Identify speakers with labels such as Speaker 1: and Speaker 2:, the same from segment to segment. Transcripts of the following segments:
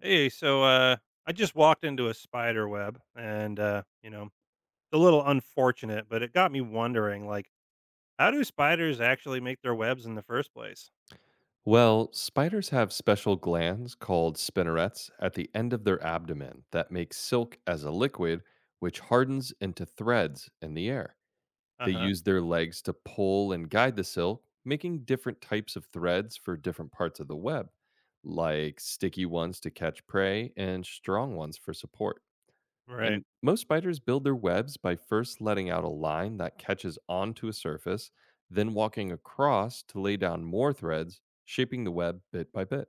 Speaker 1: Hey, I just walked into a spider web, and a little unfortunate, but it got me wondering, like, how do spiders actually make their webs in the first place?
Speaker 2: Well, spiders have special glands called spinnerets at the end of their abdomen that make silk as a liquid, which hardens into threads in the air.
Speaker 1: Uh
Speaker 2: They
Speaker 1: huh.
Speaker 2: use their legs to pull and guide the silk, making different types of threads for different parts of the web, like sticky ones to catch prey and strong ones for support.
Speaker 1: Right.
Speaker 2: And most spiders build their webs by first letting out a line that catches onto a surface, then walking across to lay down more threads, shaping the web bit by bit.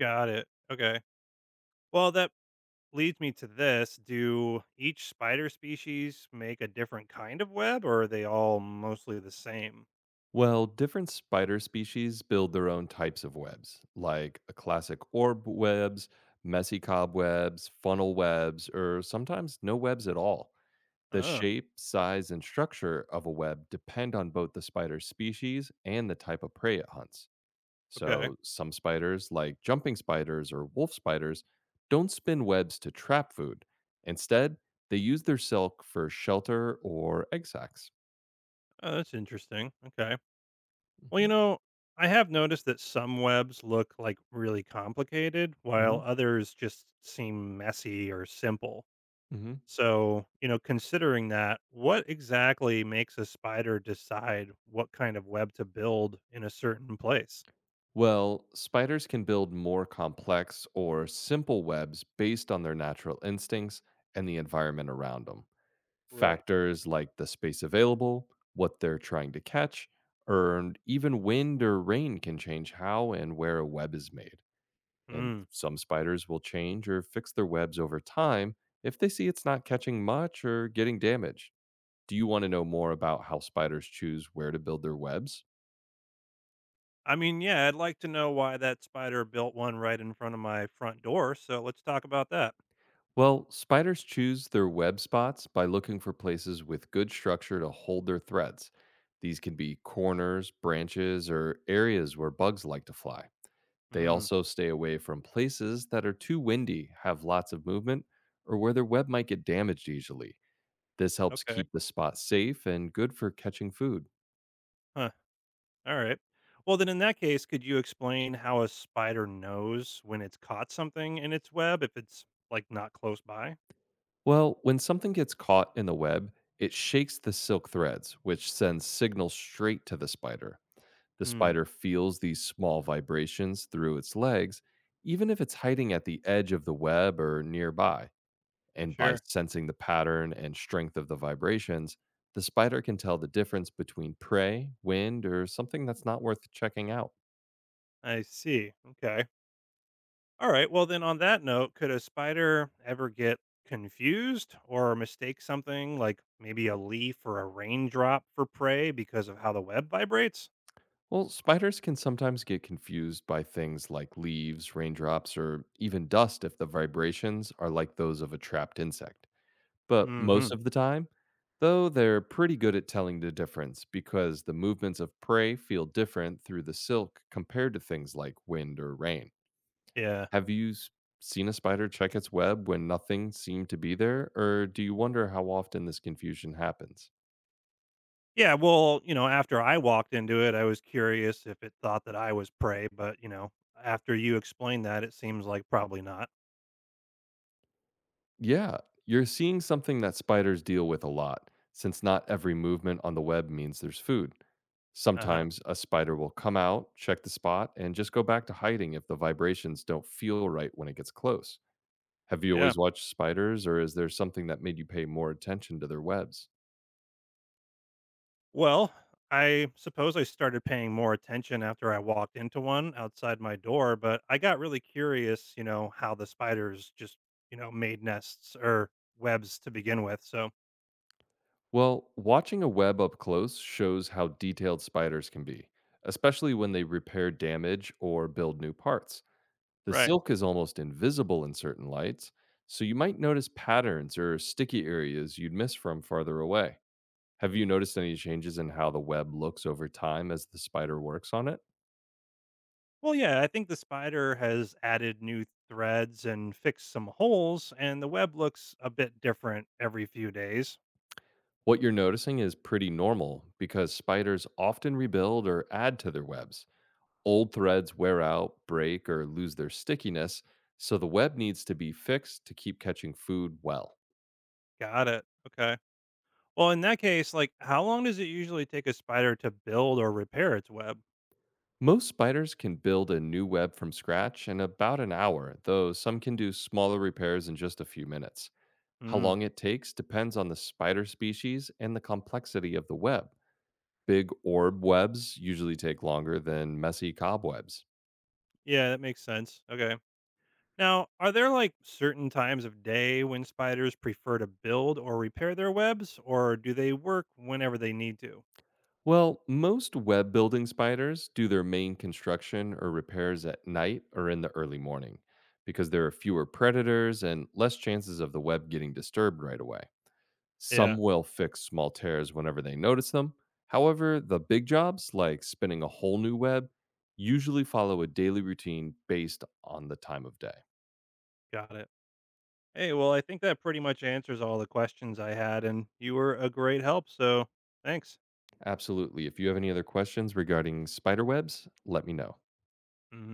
Speaker 1: Got it. Okay. Well, that leads me to this: Do each spider species make a different kind of web, or are they all mostly the same?
Speaker 2: Well, different spider species build their own types of webs, like a classic orb webs, messy cobwebs, funnel webs, or sometimes no webs at all. The
Speaker 1: Oh,
Speaker 2: shape, size, and structure of a web depend on both the spider species and the type of prey it hunts.
Speaker 1: okay.
Speaker 2: So, some spiders, like jumping spiders or wolf spiders, don't spin webs to trap food. Instead, they use their silk for shelter or egg sacs.
Speaker 1: Oh, that's interesting. Okay. Well,
Speaker 2: Mhm,
Speaker 1: I have noticed that some webs look like really complicated while
Speaker 2: mhm,
Speaker 1: others just seem messy or simple.
Speaker 2: mhm.
Speaker 1: So, considering that, what exactly makes a spider decide what kind of web to build in a certain place?
Speaker 2: Well, spiders can build more complex or simple webs based on their natural instincts and the environment around them.
Speaker 1: Right.
Speaker 2: Factors like the space available, what they're trying to catch, and even wind or rain can change how and where a web is made. And
Speaker 1: Mm.
Speaker 2: some spiders will change or fix their webs over time if they see it's not catching much or getting damaged. Do you want to know more about how spiders choose where to build their webs?
Speaker 1: I mean, yeah, I'd like to know why that spider built one right in front of my front door. So let's talk about that.
Speaker 2: Well, spiders choose their web spots by looking for places with good structure to hold their threads. These can be corners, branches, or areas where bugs like to fly. They
Speaker 1: Mm.
Speaker 2: also stay away from places that are too windy, have lots of movement, or where their web might get damaged easily. This helps
Speaker 1: Okay.
Speaker 2: keep the spot safe and good for catching food.
Speaker 1: Huh. All right. Well, then in that case, could you explain how a spider knows when it's caught something in its web if it's like not close by?
Speaker 2: Well, when something gets caught in the web, it shakes the silk threads, which sends signals straight to the spider. The
Speaker 1: Hmm.
Speaker 2: spider feels these small vibrations through its legs, even if it's hiding at the edge of the web or nearby. And by
Speaker 1: Sure.
Speaker 2: sensing the pattern and strength of the vibrations, the spider can tell the difference between prey, wind, or something that's not worth checking out.
Speaker 1: I see. Okay. All right. Well, then on that note, could a spider ever get confused or mistake something like maybe a leaf or a raindrop for prey because of how the web vibrates?
Speaker 2: Well, spiders can sometimes get confused by things like leaves, raindrops, or even dust if the vibrations are like those of a trapped insect. But
Speaker 1: Mm
Speaker 2: most
Speaker 1: hmm.
Speaker 2: of the time, though, they're pretty good at telling the difference because the movements of prey feel different through the silk compared to things like wind or rain.
Speaker 1: Yeah.
Speaker 2: Have you s- Seen a spider check its web when nothing seemed to be there, or do you wonder how often this confusion happens?
Speaker 1: Yeah, well, after I walked into it, I was curious if it thought that I was prey, but, after you explained that, it seems like probably not.
Speaker 2: Yeah, you're seeing something that spiders deal with a lot, since not every movement on the web means there's food.
Speaker 1: Uh-huh.
Speaker 2: Sometimes a spider will come out, check the spot, and just go back to hiding if the vibrations don't feel right when it gets close. Have you
Speaker 1: Yeah.
Speaker 2: always watched spiders, or is there something that made you pay more attention to their webs?
Speaker 1: Well, I suppose I started paying more attention after I walked into one outside my door, but I got really curious, how the spiders just, made nests or webs to begin with. So,
Speaker 2: Well, watching a web up close shows how detailed spiders can be, especially when they repair damage or build new parts. The
Speaker 1: right.
Speaker 2: silk is almost invisible in certain lights, so you might notice patterns or sticky areas you'd miss from farther away. Have you noticed any changes in how the web looks over time as the spider works on it?
Speaker 1: Well, yeah, I think the spider has added new threads and fixed some holes, and the web looks a bit different every few days.
Speaker 2: What you're noticing is pretty normal because spiders often rebuild or add to their webs. Old threads wear out, break, or lose their stickiness, so the web needs to be fixed to keep catching food well.
Speaker 1: Got it. Okay. Well, in that case, like, how long does it usually take a spider to build or repair its web?
Speaker 2: Most spiders can build a new web from scratch in about an hour, though some can do smaller repairs in just a few minutes. How
Speaker 1: Hmm.
Speaker 2: long it takes depends on the spider species and the complexity of the web. Big orb webs usually take longer than messy cobwebs.
Speaker 1: Yeah, that makes sense. Okay. Now, are there like certain times of day when spiders prefer to build or repair their webs, or do they work whenever they need to?
Speaker 2: Well, most web building spiders do their main construction or repairs at night or in the early morning because there are fewer predators and less chances of the web getting disturbed right away.
Speaker 1: Yeah,
Speaker 2: Some will fix small tears whenever they notice them. However, the big jobs, like spinning a whole new web, usually follow a daily routine based on the time of day.
Speaker 1: got it. Hey, well, I think that pretty much answers all the questions I had, and you were a great help. So thanks.
Speaker 2: Absolutely. If you have any other questions regarding spider webs, let me know.
Speaker 1: Mm.